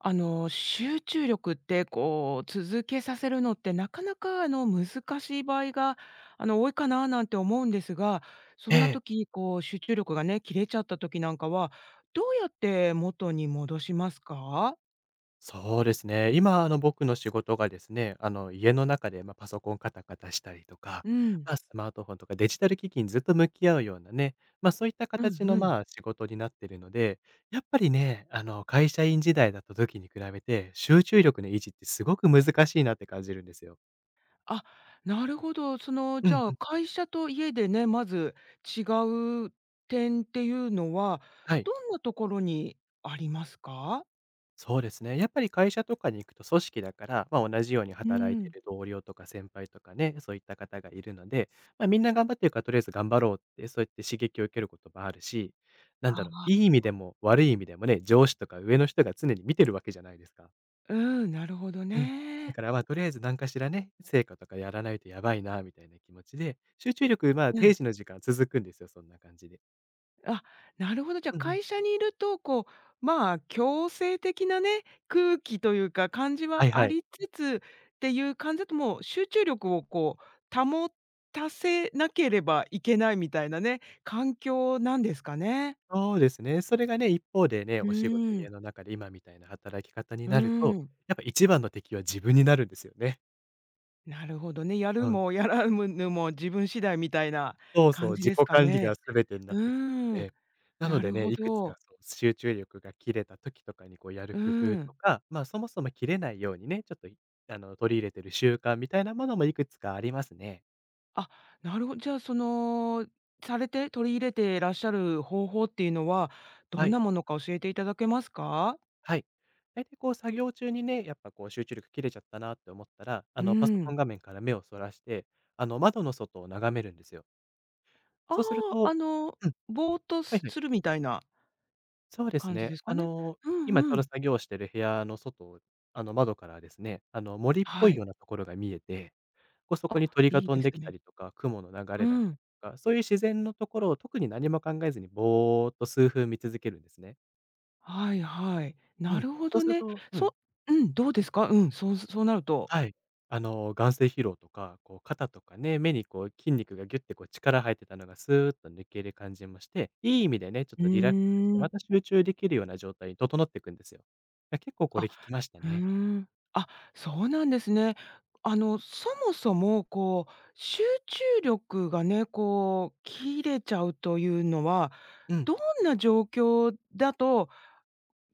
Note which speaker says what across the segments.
Speaker 1: 集中力ってこう続けさせるのってなかなか難しい場合が多いかななんて思うんですが、そ
Speaker 2: え
Speaker 1: んな
Speaker 2: え、
Speaker 1: 時こう集中力がね、切れちゃった時なんかは、どうやって元に戻しますか？
Speaker 2: そうですね。今、僕の仕事がですね、家の中で、まあ、パソコンカタカタしたりとか、
Speaker 1: うん。
Speaker 2: まあ、スマートフォンとかデジタル機器にずっと向き合うようなね、まあ、そういった
Speaker 1: うん
Speaker 2: 形の、
Speaker 1: うん。
Speaker 2: まあ、仕事になってるので、やっぱりね、会社員時代だった時に比べて、集中力の維持ってすごく難しいなって感じるんですよ。
Speaker 1: あ、なるほど。
Speaker 2: う
Speaker 1: じ
Speaker 2: ん
Speaker 1: ゃ
Speaker 2: う
Speaker 1: あ、
Speaker 2: ん。
Speaker 1: 会社と家でね、まず違う点っていうのは、
Speaker 2: はい。
Speaker 1: どんなところにありますか？
Speaker 2: そうですね。やっぱり会社とかに行くと組織だから、まあ、同じように
Speaker 1: う
Speaker 2: 働いて
Speaker 1: ん。
Speaker 2: る同僚とか先輩とかね、そういった方がいるので、まあ、みんな頑張ってるからとりあえず頑張ろうって、そうやって刺激を受けることもあるし、な
Speaker 1: あ
Speaker 2: んだろう、
Speaker 1: あ、
Speaker 2: いい意味でも悪い意味でもね、上司とか上の人が常に見てるわけじゃないですか。
Speaker 1: うん、なるほど
Speaker 2: うん。だ
Speaker 1: ね。
Speaker 2: からまあとりあえず何かしらね、成果とかやらないとやばいなみたいな気持ちで、集中力まあ
Speaker 1: うん。
Speaker 2: 定時の時間続くんですよ、そんな感じで。
Speaker 1: あ、なるほど。じゃ、
Speaker 2: うんうん。
Speaker 1: 会社にいると、こう、まあ、強制的なね、空気というか感じ
Speaker 2: は
Speaker 1: は
Speaker 2: いは
Speaker 1: あ
Speaker 2: い。
Speaker 1: りつつっていう感じだと、もう集中力をこう、保たせなければいけないみたいなね、環境なんですかね？
Speaker 2: そうですね。それがね、一方でね、
Speaker 1: う
Speaker 2: お仕事、
Speaker 1: ー
Speaker 2: 家
Speaker 1: ん。
Speaker 2: の中で今みたいな働き方に
Speaker 1: う
Speaker 2: なる
Speaker 1: ー
Speaker 2: と、
Speaker 1: ん、
Speaker 2: やっぱ一番の敵は自分になるんですよね。
Speaker 1: なるほどね。やる
Speaker 2: うん。
Speaker 1: もやらぬも自分次第みたいな
Speaker 2: そうそう、
Speaker 1: 感じ
Speaker 2: 自己
Speaker 1: ですか
Speaker 2: 管理が
Speaker 1: ね。
Speaker 2: 全てになっ
Speaker 1: う
Speaker 2: てくるの
Speaker 1: ーん、
Speaker 2: で。なの
Speaker 1: な
Speaker 2: で
Speaker 1: る
Speaker 2: ね、
Speaker 1: ほ
Speaker 2: いくつか
Speaker 1: ど。
Speaker 2: そう集中力が切れた時とかにこうやる
Speaker 1: う
Speaker 2: 工夫と
Speaker 1: ん。
Speaker 2: か、まあ、そもそも切れないようにね、ちょっといあの、取り入れてる習慣みたいなものもいくつかありますね。
Speaker 1: あ、なるほど。じゃあ、されて取り入れてらっしゃる方法っていうのは、
Speaker 2: は
Speaker 1: どん
Speaker 2: い。
Speaker 1: なものか教えていただけますか？
Speaker 2: はい。大体こう作業中にね、やっぱこう集中力切れちゃったなって思ったら、
Speaker 1: う
Speaker 2: パソ
Speaker 1: ー
Speaker 2: コ
Speaker 1: ん。
Speaker 2: ン画面から目をそらして、窓の外を眺めるんですよ。
Speaker 1: あ
Speaker 2: そうする
Speaker 1: あ、
Speaker 2: とうん、
Speaker 1: ぼーっと
Speaker 2: はい
Speaker 1: す
Speaker 2: はい。
Speaker 1: するみたいな
Speaker 2: そうです
Speaker 1: 感じ
Speaker 2: ね。
Speaker 1: ですかね？う
Speaker 2: 今ち
Speaker 1: ん
Speaker 2: ょ
Speaker 1: う
Speaker 2: うど
Speaker 1: ん。
Speaker 2: 作業してる部屋の外、窓からですね、森っぽ
Speaker 1: は
Speaker 2: い
Speaker 1: い。
Speaker 2: ようなところが見えて、こう、そこ
Speaker 1: あ、
Speaker 2: に鳥が
Speaker 1: いい
Speaker 2: 飛
Speaker 1: で
Speaker 2: んで
Speaker 1: す
Speaker 2: きた
Speaker 1: ね。
Speaker 2: りとか、雲の流
Speaker 1: う
Speaker 2: れだった
Speaker 1: ん。
Speaker 2: りとか、そういう自然のところを特に何も考えずにぼーっと数分見続けるんですね。
Speaker 1: はいはい。
Speaker 2: う
Speaker 1: な
Speaker 2: ん。
Speaker 1: るほ
Speaker 2: そう
Speaker 1: ど
Speaker 2: する
Speaker 1: ね。
Speaker 2: とうん、
Speaker 1: そうん、どうですか？
Speaker 2: 結
Speaker 1: う
Speaker 2: 構
Speaker 1: ん、そうそうなると。
Speaker 2: はい。眼性疲労とか、こう肩とかね、目にこう筋肉がギュッてこう力入ってたのがスーッと抜ける感じもして、いい意味でね、ちょっ
Speaker 1: う
Speaker 2: とリラックスして、
Speaker 1: ー
Speaker 2: ま
Speaker 1: ん。
Speaker 2: た集中できるような状態に整っていくんですよ。いや結構こ
Speaker 1: あ、
Speaker 2: れ効きました
Speaker 1: うー
Speaker 2: ね。
Speaker 1: ん。あ、そうなんですね。そもそも、こう、集中力がね、こう、切れちゃうというのは、
Speaker 2: うん。
Speaker 1: どんな状況だと、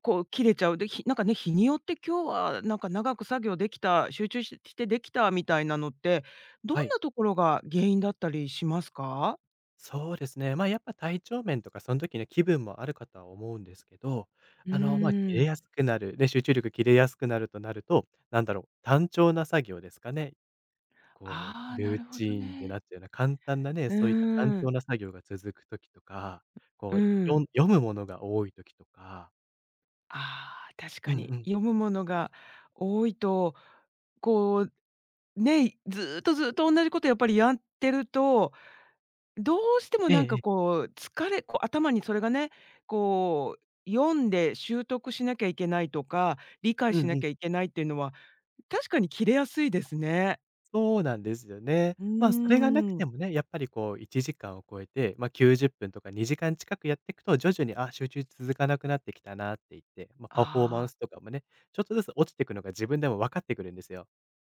Speaker 1: こう、切れちゃう、で、なんかね、日によって今日は、なんか、長く作業できた、集中してできたみたいなのって、どん
Speaker 2: はい。
Speaker 1: なところが原因だったりしますか？
Speaker 2: そうですね。やっぱ体調面とかその時の気分もあるかとは思うんですけど、
Speaker 1: う
Speaker 2: 切
Speaker 1: ー
Speaker 2: れ
Speaker 1: ん。
Speaker 2: やすくなる、ね、集中力切れやすくなるとなると、なんだろう、単調な作業ですかね。こ
Speaker 1: あ
Speaker 2: う、
Speaker 1: あ、な
Speaker 2: ルー
Speaker 1: るほど
Speaker 2: チンで
Speaker 1: ね。
Speaker 2: なっちゃうような簡単なね、
Speaker 1: う
Speaker 2: そういった単
Speaker 1: ー
Speaker 2: 調
Speaker 1: ん。
Speaker 2: な作業が続く時とか、こ
Speaker 1: う
Speaker 2: う、
Speaker 1: ん。
Speaker 2: 読むものが多い時とか、
Speaker 1: ああ、確
Speaker 2: うん
Speaker 1: か
Speaker 2: う
Speaker 1: に。
Speaker 2: ん。
Speaker 1: 読むものが多いと、こう、ね、ずーっとずーっと同じことやっぱりやってると、どうしても
Speaker 2: ええ
Speaker 1: なん
Speaker 2: え
Speaker 1: か
Speaker 2: え、
Speaker 1: こう、疲れこう、頭にそれがね、こう、読んで習得しなきゃいけないとか、理解
Speaker 2: う
Speaker 1: し
Speaker 2: ん
Speaker 1: な
Speaker 2: うん。
Speaker 1: きゃいけないっていうのは、確かに切れやすいですね。
Speaker 2: そうなんですよね。
Speaker 1: う
Speaker 2: まあ、それがなく
Speaker 1: ー
Speaker 2: て
Speaker 1: ん。
Speaker 2: もね、やっぱりこう1時間を超えて、ま、90分とか2時間近くやってくと、徐々に、あ、集中続かなくなってきたなって言って、ま、パフォーマン
Speaker 1: あ
Speaker 2: ス
Speaker 1: あ。
Speaker 2: とかもね、ちょっとずつ落ちてくのが自分でも分かってくるんですよ。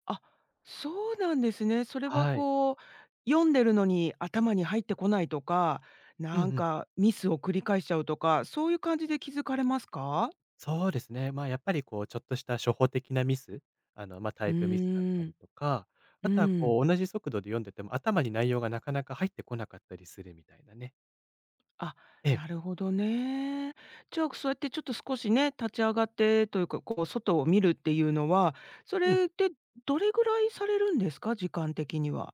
Speaker 1: あ、そうなんですね。それは
Speaker 2: はい。
Speaker 1: こう、読んでるのに頭に入ってこないとか、
Speaker 2: うんう
Speaker 1: なん
Speaker 2: ん。
Speaker 1: かミスを繰り返しちゃうとか、そういう感じで気づかれますか？
Speaker 2: そうですね。まあ、やっぱりこう、ちょっとした初歩的なミス、まあ、タ
Speaker 1: う
Speaker 2: イプミスだった
Speaker 1: ー
Speaker 2: り
Speaker 1: ん、
Speaker 2: とか、
Speaker 1: う
Speaker 2: あとは
Speaker 1: ん。
Speaker 2: こう、同じ速度で読んでても頭に内容がなかなか入ってこなかったりするみたいなね。
Speaker 1: あ、
Speaker 2: ええ、
Speaker 1: なるほどね。じゃあ、そうやってちょっと少しね、立ち上がってというか、こう外を見るっていうのは、そ
Speaker 2: うん、
Speaker 1: れってどれぐらいされるんですか？時間的には。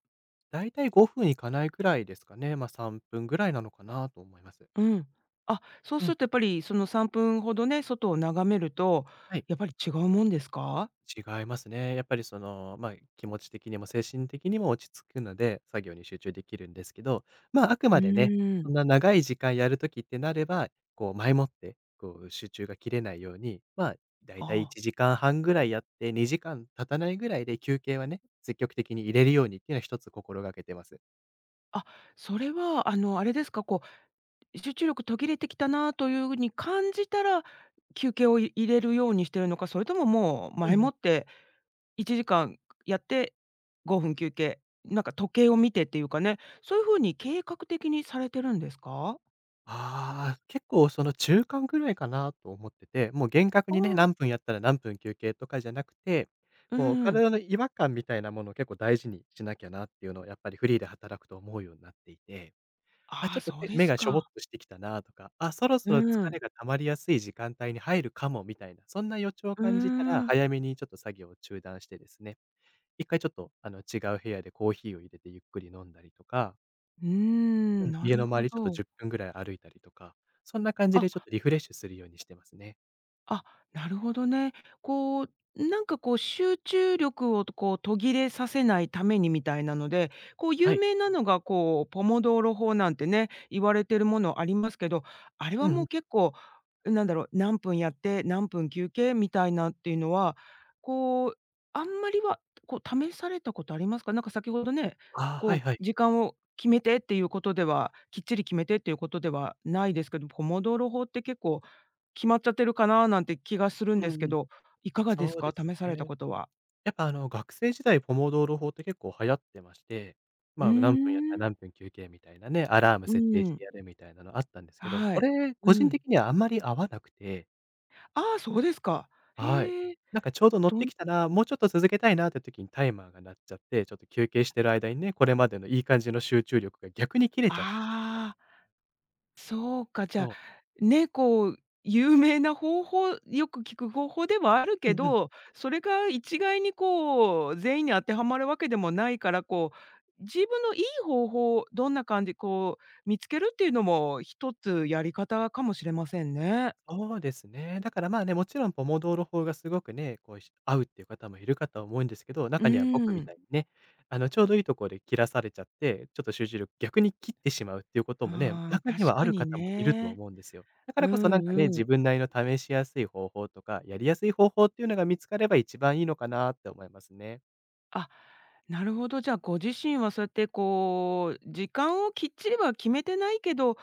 Speaker 2: だいたい5分いかないくらいですかね。まあ、3分ぐらいなのかなと思います。
Speaker 1: うん。あ、そう
Speaker 2: う
Speaker 1: す
Speaker 2: ん、
Speaker 1: るとやっぱりその3分ほどね、外を眺めると、
Speaker 2: はい。
Speaker 1: やっぱり違うもんですか？
Speaker 2: 違いますね。やっぱりその、まあ、気持ち的にも精神的にも落ち着くので、作業に集中できるんですけど、まあ、あく
Speaker 1: う
Speaker 2: までね、
Speaker 1: ー
Speaker 2: そ
Speaker 1: ん。
Speaker 2: んな長い時間やるときってなれば、こう前もって、こう集中が切れないように、まあ、だいたい
Speaker 1: あ
Speaker 2: 1時間半ぐらいやって、2時間経たないぐらいで休憩はね、積極的に入れるようにっていうのは一つ心がけてます。
Speaker 1: あ、あ、それはあれですか、こう、集中力途切れてきたなという風に感じたら、休憩を入れるようにしてるのか、それとももう
Speaker 2: う
Speaker 1: 前も
Speaker 2: ん。
Speaker 1: って1時間やって5分休憩、なんか時計を見てっていうかね、そういう風に計画的にされてるんですか？
Speaker 2: ああ、結構その中間ぐらいかなと思ってて、もう厳格
Speaker 1: あ
Speaker 2: にね、
Speaker 1: あ、
Speaker 2: 何分やったら何分休憩とかじゃなくて、
Speaker 1: う
Speaker 2: こう
Speaker 1: ん。
Speaker 2: 体の違和感みたいなものを結構大事にしなきゃなっていうのをやっぱりフリーで働くと思うようになっていて、あ、
Speaker 1: あ
Speaker 2: ちょっ
Speaker 1: あ、
Speaker 2: と
Speaker 1: そう
Speaker 2: 手
Speaker 1: で
Speaker 2: 目
Speaker 1: す
Speaker 2: がしょぼっ
Speaker 1: か。
Speaker 2: としてきたなとか、あ、そろ
Speaker 1: う
Speaker 2: そろ疲
Speaker 1: ん、
Speaker 2: れが溜まりやすい時間帯に入るかもみたいな、そんな予兆を
Speaker 1: うー
Speaker 2: 感じたら
Speaker 1: ん。
Speaker 2: 早めにちょっと作業を中断してですね、一回ちょっと違う部屋でコーヒーを入れてゆっくり飲んだりとか、
Speaker 1: うー
Speaker 2: う
Speaker 1: ん、
Speaker 2: ん、
Speaker 1: な
Speaker 2: 家の
Speaker 1: る
Speaker 2: 周
Speaker 1: ほ
Speaker 2: りちょっと
Speaker 1: ど。
Speaker 2: 10分ぐらい歩いたりとか、そんな感じでちょっ
Speaker 1: あ
Speaker 2: とリフレッシュするようにしてますね。
Speaker 1: あ、なるほどね。こう、なんかこう集中力をこう途切れさせないためにみたいなので、こう
Speaker 2: は
Speaker 1: 有
Speaker 2: い。
Speaker 1: 名なのがこうポモドーロ法なんてね、言われてるものありますけど、あれ
Speaker 2: う
Speaker 1: は
Speaker 2: んう
Speaker 1: も
Speaker 2: ん。
Speaker 1: う結構なんだろう、何分やって何分休憩みたいなっていうのは、こう、あんまりはこう試されたことありますか？なんか先ほどね、
Speaker 2: ああ、は
Speaker 1: こ
Speaker 2: いはい。
Speaker 1: う時間を決めてっていうことではきっちり決めてっていうことではないですけど、ポモドーロ法って結構決まっちゃってるかななんて気がするん
Speaker 2: う
Speaker 1: で
Speaker 2: ん
Speaker 1: すけ
Speaker 2: うん。
Speaker 1: ど、いかがで
Speaker 2: そ
Speaker 1: す
Speaker 2: うで
Speaker 1: か？
Speaker 2: す
Speaker 1: 試された
Speaker 2: ね。
Speaker 1: ことは。
Speaker 2: やっぱ学生時代ポモドーロ法って結構流行ってまして、
Speaker 1: う
Speaker 2: ま
Speaker 1: ー
Speaker 2: あ、何分やったら
Speaker 1: ん。
Speaker 2: 何分休憩みたいなね、アラーム
Speaker 1: う
Speaker 2: 設定し
Speaker 1: ん。
Speaker 2: てやるみたいなのあったんですけど、
Speaker 1: は
Speaker 2: こ
Speaker 1: い。
Speaker 2: れ、
Speaker 1: う
Speaker 2: 個人
Speaker 1: ん。
Speaker 2: 的にはあんまり合わなくて、
Speaker 1: ああ、そうですか。
Speaker 2: はい。
Speaker 1: へえ。
Speaker 2: なんかちょうど乗っ
Speaker 1: ど
Speaker 2: て
Speaker 1: ん
Speaker 2: きたな、もうちょっと続けたいなって時にタイマーが鳴っちゃって、ちょっと休憩してる間にね、これまでのいい感じの集中力が逆に切れちゃった。
Speaker 1: ああ、そうか、じゃ
Speaker 2: そう。
Speaker 1: あ、ね、こう、有名な方法よく聞く方法ではある
Speaker 2: う
Speaker 1: け
Speaker 2: んうん。
Speaker 1: ど、それが一概にこう、全員に当てはまるわけでもないから、こう、自分のいい方法をどんな感じ、こう、見つけるっていうのも一つやり方かもしれませんね。
Speaker 2: そうですね。だからまあね、もちろんポモドーロ法がすごくね、こうし合うっていう方もいるかとは思うんですけど、
Speaker 1: う
Speaker 2: 中には僕
Speaker 1: ー
Speaker 2: みた
Speaker 1: ん。
Speaker 2: いにね、ちょうどいいところで切らされちゃって、ちょっと集中力逆に切ってしまうっていうこともね、
Speaker 1: ああ、
Speaker 2: 中に
Speaker 1: 確
Speaker 2: はあ
Speaker 1: か
Speaker 2: る
Speaker 1: に
Speaker 2: 方もいると
Speaker 1: ね。
Speaker 2: 思うんですよ。だか
Speaker 1: う
Speaker 2: らこそなん
Speaker 1: ん
Speaker 2: かね、
Speaker 1: う
Speaker 2: 自
Speaker 1: ん。
Speaker 2: 分なりの試しやすい方法とか、やりやすい方法っていうのが見つかれば一番いいのかなって思いますね。
Speaker 1: あ、なるほど。じゃあ、ご自身はそうやってこう、時間をきっちりは決めてないけど、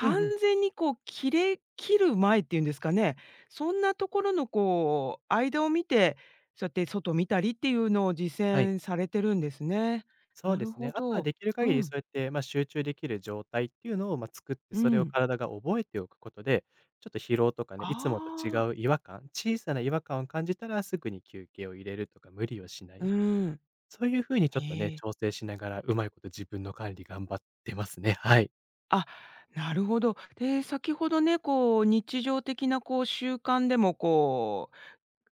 Speaker 2: うんうん。
Speaker 1: 全にこう切れ切る前っていうんですかね、そんなところのこう、間を見て、そうやって外見たりっていうのを実
Speaker 2: はい。
Speaker 1: 践されてるんですね。
Speaker 2: そう
Speaker 1: な
Speaker 2: で
Speaker 1: る
Speaker 2: す
Speaker 1: ほ
Speaker 2: ね。あとは
Speaker 1: ど。
Speaker 2: できる限
Speaker 1: う
Speaker 2: りそ
Speaker 1: ん、
Speaker 2: うやって、まあ、集中できる状態っていうのを、まあ、作って、
Speaker 1: う
Speaker 2: それを
Speaker 1: ん。
Speaker 2: 体が覚えておくことで、ちょっと疲労とかね、いつもと違
Speaker 1: ああ、
Speaker 2: う違和感、小さな違和感を感じたらすぐに休憩を入れるとか、無理をしな
Speaker 1: う
Speaker 2: い。
Speaker 1: ん。
Speaker 2: そういう風にちょ
Speaker 1: へ
Speaker 2: っとね、
Speaker 1: え。
Speaker 2: 調整しながら、うまいこと自分の管理頑張ってますね。はい。
Speaker 1: あ、なるほど。で、先ほどね、こう日常的なこう習慣でもこ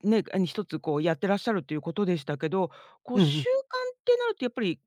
Speaker 1: う、ね、一つこうやってらっしゃるということでしたけど、こ
Speaker 2: う
Speaker 1: う
Speaker 2: んうん。
Speaker 1: 習慣ってなるとやっぱり、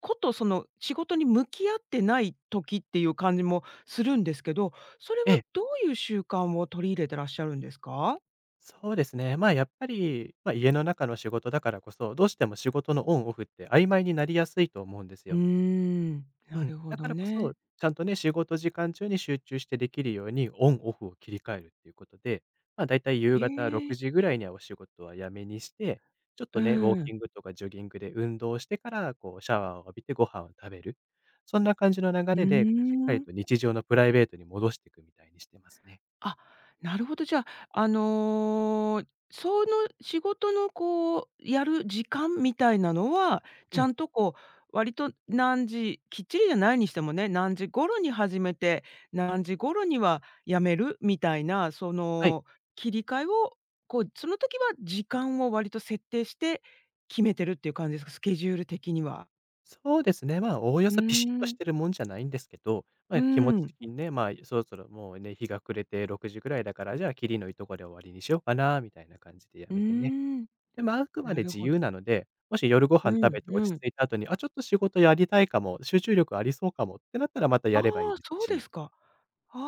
Speaker 1: ことその仕事に向き合ってない時っていう感じもするんですけど、それ
Speaker 2: え
Speaker 1: は
Speaker 2: え、
Speaker 1: どういう習慣を取り入れてらっしゃるんですか？
Speaker 2: そうですね。まあ、やっぱり、まあ、家の中の仕事だからこそ、どうしても仕事のオンオフって曖昧になりやすいと思うんです
Speaker 1: うー
Speaker 2: よ。
Speaker 1: ん、
Speaker 2: う
Speaker 1: な
Speaker 2: ん、
Speaker 1: るほ
Speaker 2: だか
Speaker 1: ど
Speaker 2: らこそ、
Speaker 1: ね。
Speaker 2: ちゃんとね、仕事時間中に集中してできるように、オンオフを切り替えるっていうことで、まあ、だいたい夕
Speaker 1: え
Speaker 2: 方6
Speaker 1: え、
Speaker 2: 時ぐらいにはお仕事はやめにして、ちょっ
Speaker 1: う
Speaker 2: とね、ウォー
Speaker 1: ん、
Speaker 2: キ
Speaker 1: う
Speaker 2: ングとかジョギングで運動してから、こう、シャワーを浴びてご飯を食べる。そんな感じの流
Speaker 1: ー
Speaker 2: れで、しっかり
Speaker 1: ん。
Speaker 2: と日常のプライベートに戻していくみたいにしてますね。
Speaker 1: あ、なるほど。じゃあ、あの、その仕事のこう、やる時間みたいなのは、
Speaker 2: う
Speaker 1: ちゃ
Speaker 2: ん。
Speaker 1: んとこう、割と何時きっちりじゃないにしてもね、何時頃に始めて、何時頃にはやめるみたいな、そ
Speaker 2: はい。
Speaker 1: の切り替えを、こう、その時は時間を割と設定して決めてるっていう感じですか？スケジュール的には。
Speaker 2: そうですね、おおよ
Speaker 1: うー
Speaker 2: そピシッとし
Speaker 1: ん。
Speaker 2: てるもんじゃないんですけど、
Speaker 1: う
Speaker 2: 気持ち
Speaker 1: ん。
Speaker 2: 的にね、そろそろもうね、日が暮れて6時ぐらいだから、じゃあ、きりのいいとこで終わりにしようかなみたいな感じでや
Speaker 1: うー
Speaker 2: めてね。
Speaker 1: ん。
Speaker 2: でも、あくま
Speaker 1: な
Speaker 2: で
Speaker 1: る
Speaker 2: 自
Speaker 1: ほ
Speaker 2: 由
Speaker 1: ど。
Speaker 2: なので、もし夜ご
Speaker 1: う
Speaker 2: 飯食べ
Speaker 1: ん
Speaker 2: て落ち
Speaker 1: うん。
Speaker 2: 着いた後に、あ、ちょっと仕事やりたいかも、集中力ありそうかもってなったらまた
Speaker 1: あ
Speaker 2: やればいい
Speaker 1: あ、
Speaker 2: です
Speaker 1: そうで
Speaker 2: し、
Speaker 1: すか。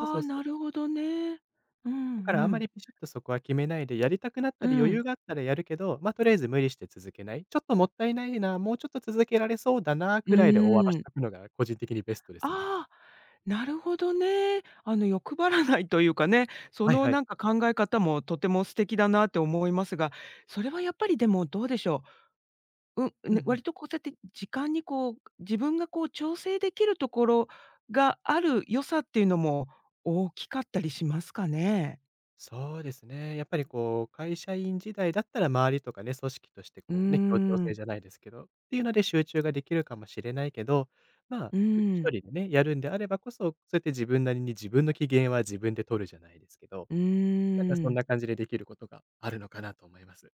Speaker 2: そうそう
Speaker 1: あ、
Speaker 2: そ
Speaker 1: なる
Speaker 2: う。
Speaker 1: ほどね。うんう
Speaker 2: だからあんま
Speaker 1: ん。
Speaker 2: りピシッとそこは決めないで、やりたくなったり
Speaker 1: う
Speaker 2: 余裕
Speaker 1: ん。
Speaker 2: があったらやるけど、とりあえず無理して続けない、ちょっともったいないな、もうちょっと続けられそうだな
Speaker 1: う
Speaker 2: くらいで終わら
Speaker 1: ー
Speaker 2: し
Speaker 1: ん。
Speaker 2: とくのが個人的にベストですね。
Speaker 1: ああ、なるほどね。欲張らないというかね、そ
Speaker 2: はい
Speaker 1: の、
Speaker 2: はい。
Speaker 1: なんか、考え方もとても素敵だなって思いますが、それはやっぱりでもどうでしょう。うん、
Speaker 2: うんう
Speaker 1: ね、
Speaker 2: ん。
Speaker 1: 割とこうやって時間にこう、自分がこう調整できるところがある良さっていうのも大きかったりしますかね？
Speaker 2: そうですね。やっぱりこう、会社員時代だったら周りとかね、組織として
Speaker 1: うー
Speaker 2: こうね、協調性
Speaker 1: ん。
Speaker 2: じゃないですけど、っていうので集中ができるかもしれないけど、
Speaker 1: う
Speaker 2: 一
Speaker 1: ん。
Speaker 2: 人でね、やるんであればこそ、そうやって自分なりに自分の機嫌は自分で取るじゃないですけど、
Speaker 1: うー
Speaker 2: なんかそん
Speaker 1: ん。
Speaker 2: な感じでできることがあるのかなと思います。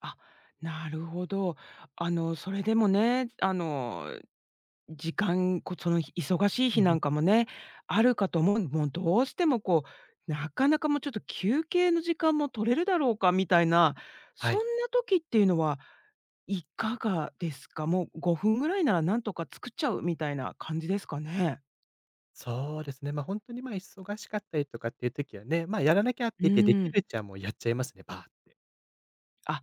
Speaker 1: あ、なるほど。それでもね、時間、その日忙しい
Speaker 2: うん
Speaker 1: 日
Speaker 2: う
Speaker 1: な
Speaker 2: ん。
Speaker 1: んかもね、あるかと思うもうどうしてもこう、なかなかもうちょっと休憩の時間も取れるだろうかみたいな、
Speaker 2: は
Speaker 1: そん
Speaker 2: い。
Speaker 1: な時っていうのはいかがですか？もう5分ぐらいならなんとか作っちゃうみたいな感じですかね？
Speaker 2: そうですね。本当に、忙しかったりとかっていう時はね、やらなきゃって
Speaker 1: う
Speaker 2: 言って、で
Speaker 1: ー
Speaker 2: きる
Speaker 1: ん。
Speaker 2: うちはもうやっちゃいますね、バーって。
Speaker 1: あ、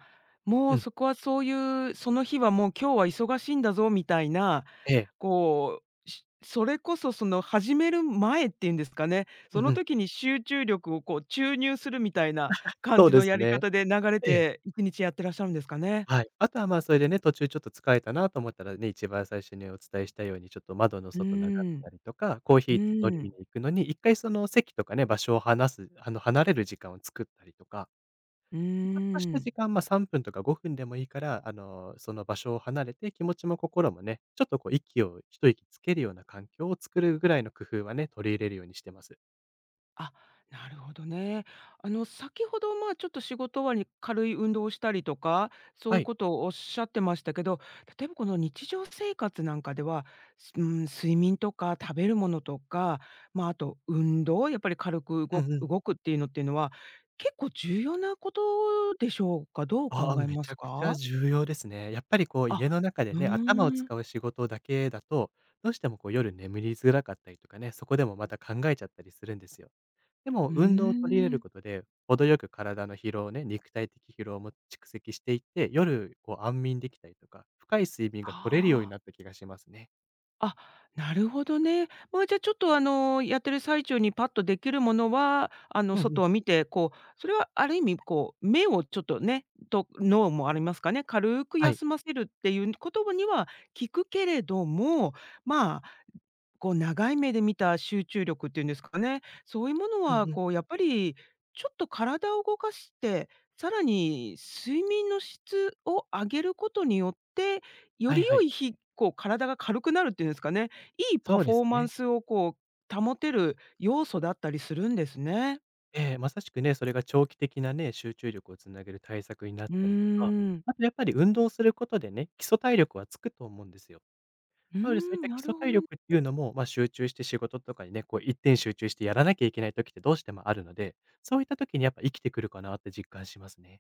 Speaker 2: う
Speaker 1: もう
Speaker 2: ん。
Speaker 1: そこはそういう、その日はもう今日は忙しいんだぞみたいな
Speaker 2: ええ。
Speaker 1: こう、それこそその始める前っていうんですかね、
Speaker 2: う
Speaker 1: そ
Speaker 2: んう
Speaker 1: の
Speaker 2: ん。
Speaker 1: 時に集中力をこう注入するみたいな感
Speaker 2: そう
Speaker 1: じ
Speaker 2: で
Speaker 1: の
Speaker 2: す
Speaker 1: やり
Speaker 2: ね。
Speaker 1: 方で流れ
Speaker 2: ええ。
Speaker 1: て1日やってらっしゃるんですかね？
Speaker 2: はい。あとは、それでね、途中ちょっと疲れたなと思ったらね、一番最初にお伝えしたように、ちょっと窓の
Speaker 1: う
Speaker 2: 外眺め
Speaker 1: ー
Speaker 2: た
Speaker 1: ん、
Speaker 2: りとか、コー
Speaker 1: う
Speaker 2: ヒー飲
Speaker 1: ー
Speaker 2: み
Speaker 1: ん、
Speaker 2: に行くのに、一回その席とかね、場所を離すあの、離れる時間を作ったりとか、
Speaker 1: うー
Speaker 2: ちょっとした
Speaker 1: ん。
Speaker 2: 時間、3分とか5分でもいいから、その場所を離れて気持ちも心もね、ちょっとこう息を一息つけるような環境を作るぐらいの工夫はね、取り入れるようにしてます。
Speaker 1: あ、なるほどね。先ほど、まあ、ちょっと仕事終わりに軽い運動をしたりとか、そうい
Speaker 2: は
Speaker 1: う
Speaker 2: い。
Speaker 1: ことをおっしゃってましたけど、例えばこの日常生活なんかでは、うん、睡眠とか食べるものとか、まあ、あと運動、やっぱり軽く
Speaker 2: う
Speaker 1: 動
Speaker 2: んうん。
Speaker 1: 動くっていうのは、結構重要なことでしょうか？どう
Speaker 2: ああ、
Speaker 1: 考え
Speaker 2: め
Speaker 1: ま
Speaker 2: ち
Speaker 1: す
Speaker 2: ゃくちゃ
Speaker 1: か？
Speaker 2: 重要ですね。やっぱりこう
Speaker 1: あ、
Speaker 2: 家の中で
Speaker 1: う
Speaker 2: ね、頭を
Speaker 1: ーん、
Speaker 2: 使う仕事だけだと、どうしてもこう夜眠りづらかったりとかね、そこでもまた考えちゃったりするんですよ。でも、
Speaker 1: うー
Speaker 2: 運動を取り入れる
Speaker 1: ん、
Speaker 2: ことで、程よく体の疲労ね、肉体的疲労も蓄積していって、夜、こう安眠できたりとか、深い睡眠が
Speaker 1: あ
Speaker 2: 取れるように
Speaker 1: あ。
Speaker 2: なった気がしますね。
Speaker 1: あ、なるほどね。まあ、じゃあ、ちょっと、やってる最中にパッとできるものは、
Speaker 2: うんうん。
Speaker 1: 外を見て、こう、それはある意味、こう、目をちょっとね、と脳もありますかね、軽く
Speaker 2: はい。
Speaker 1: 休ませるっていう言葉には聞くけれども、まあこう長い目で見た集中力っていうんですかね、そういうもの
Speaker 2: うん
Speaker 1: は
Speaker 2: うん。
Speaker 1: こうやっぱりちょっと体を動かして、さらに睡眠の質を上げることによって、よ
Speaker 2: はい
Speaker 1: り
Speaker 2: は
Speaker 1: 良
Speaker 2: い。
Speaker 1: いこう体が軽くなるっていうんですかね、いい
Speaker 2: そ
Speaker 1: パ
Speaker 2: う
Speaker 1: フ
Speaker 2: で
Speaker 1: ォ
Speaker 2: す
Speaker 1: ーマン
Speaker 2: ね。
Speaker 1: スをこう保てる要素だったりするんですね。
Speaker 2: ええ、まさしくね、それが長期的なね、集中力をつなげる対策になっ
Speaker 1: うー
Speaker 2: たりとか、
Speaker 1: ん。
Speaker 2: あとやっぱり運動することでね、基礎体力はつくと思うんですよ。
Speaker 1: うー
Speaker 2: なので、そういった
Speaker 1: ん、
Speaker 2: 基
Speaker 1: な
Speaker 2: 礎
Speaker 1: るほ
Speaker 2: 体
Speaker 1: ど。
Speaker 2: 力っていうのも、集中して仕事とかにね、こう一点集中してやらなきゃいけない時ってどうしてもあるので、そういった時にやっぱ生きてくるかなって実感しますね。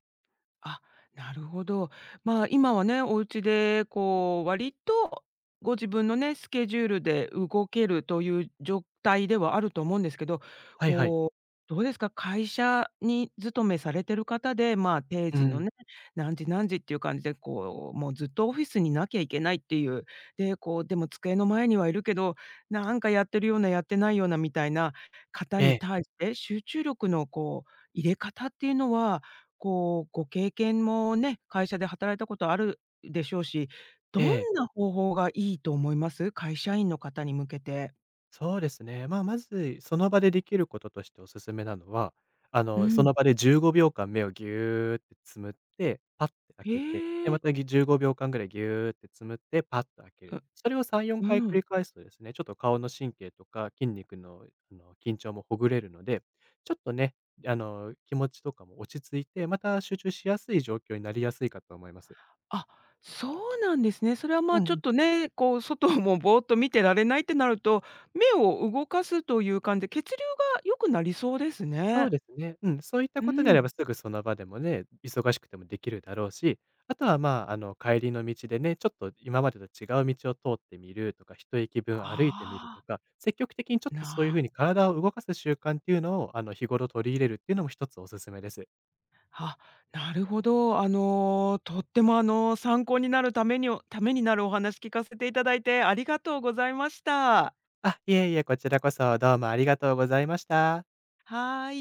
Speaker 1: あ、なるほど。まあ、今はね、お家でこう割とご自分のね、スケジュールで動けるという状態ではあると思うんですけど、
Speaker 2: はいはい。
Speaker 1: こう、どうですか、会社に勤めされてる方で、まあ、定
Speaker 2: う
Speaker 1: 時の
Speaker 2: ん。
Speaker 1: ね、何時何時っていう感じで、こう、もうずっとオフィスにいなきゃいけないっていう、で、こう、でも机の前にはいるけど、なんかやってるような、やってないようなみたいな方
Speaker 2: え
Speaker 1: に
Speaker 2: え、
Speaker 1: 対して、集中力のこう入れ方っていうのはこう、ご経験もね、会社で働いたことあるでしょうし、ど
Speaker 2: ええ、
Speaker 1: んな方法がいいと思います？会社員の方に向けて。
Speaker 2: そうですね。まず、その場でできることとしておすすめなのは、
Speaker 1: う
Speaker 2: その
Speaker 1: ん。
Speaker 2: 場で15秒間目をギューってつむって、パッて開
Speaker 1: へ
Speaker 2: けて、で、ま
Speaker 1: え。
Speaker 2: たぎ15秒間ぐらいギューってつむって、パッと開ける。
Speaker 1: う
Speaker 2: それを3、4
Speaker 1: う
Speaker 2: 回繰り
Speaker 1: ん。
Speaker 2: 返すとですね、ちょっと顔の神経とか筋肉の、緊張もほぐれるので、ちょっとね、気持ちとかも落ち着いて、また集中しやすい状況になりやすいかと思います。
Speaker 1: あ、そうなんですね。それは、ま
Speaker 2: う
Speaker 1: あ、
Speaker 2: んう
Speaker 1: ちょっ
Speaker 2: ん。
Speaker 1: とね、こう、外もぼーっと見てられないってなると、目を動かすという感じで、血流が良くなりそうです
Speaker 2: そう
Speaker 1: ね。
Speaker 2: ですね。うん、そういった
Speaker 1: う
Speaker 2: ことであれば
Speaker 1: ん。
Speaker 2: すぐその場でもね、忙しくてもできるだろうし、あとは帰りの道でね、ちょっと今までと違う道を通ってみるとか、一駅分歩いてみると
Speaker 1: ああ、
Speaker 2: か、積極的にちょっとそういうふう
Speaker 1: な
Speaker 2: に体を動かす習慣っていうのを、日頃取り入れるっていうのも一つおすすめです。
Speaker 1: あ、なるほど。とっても参考になるためにおためになるお話聞かせていただいてありがとうございました。
Speaker 2: あ、いえいえ、こちらこそどうもありがとうございました。
Speaker 1: はーい。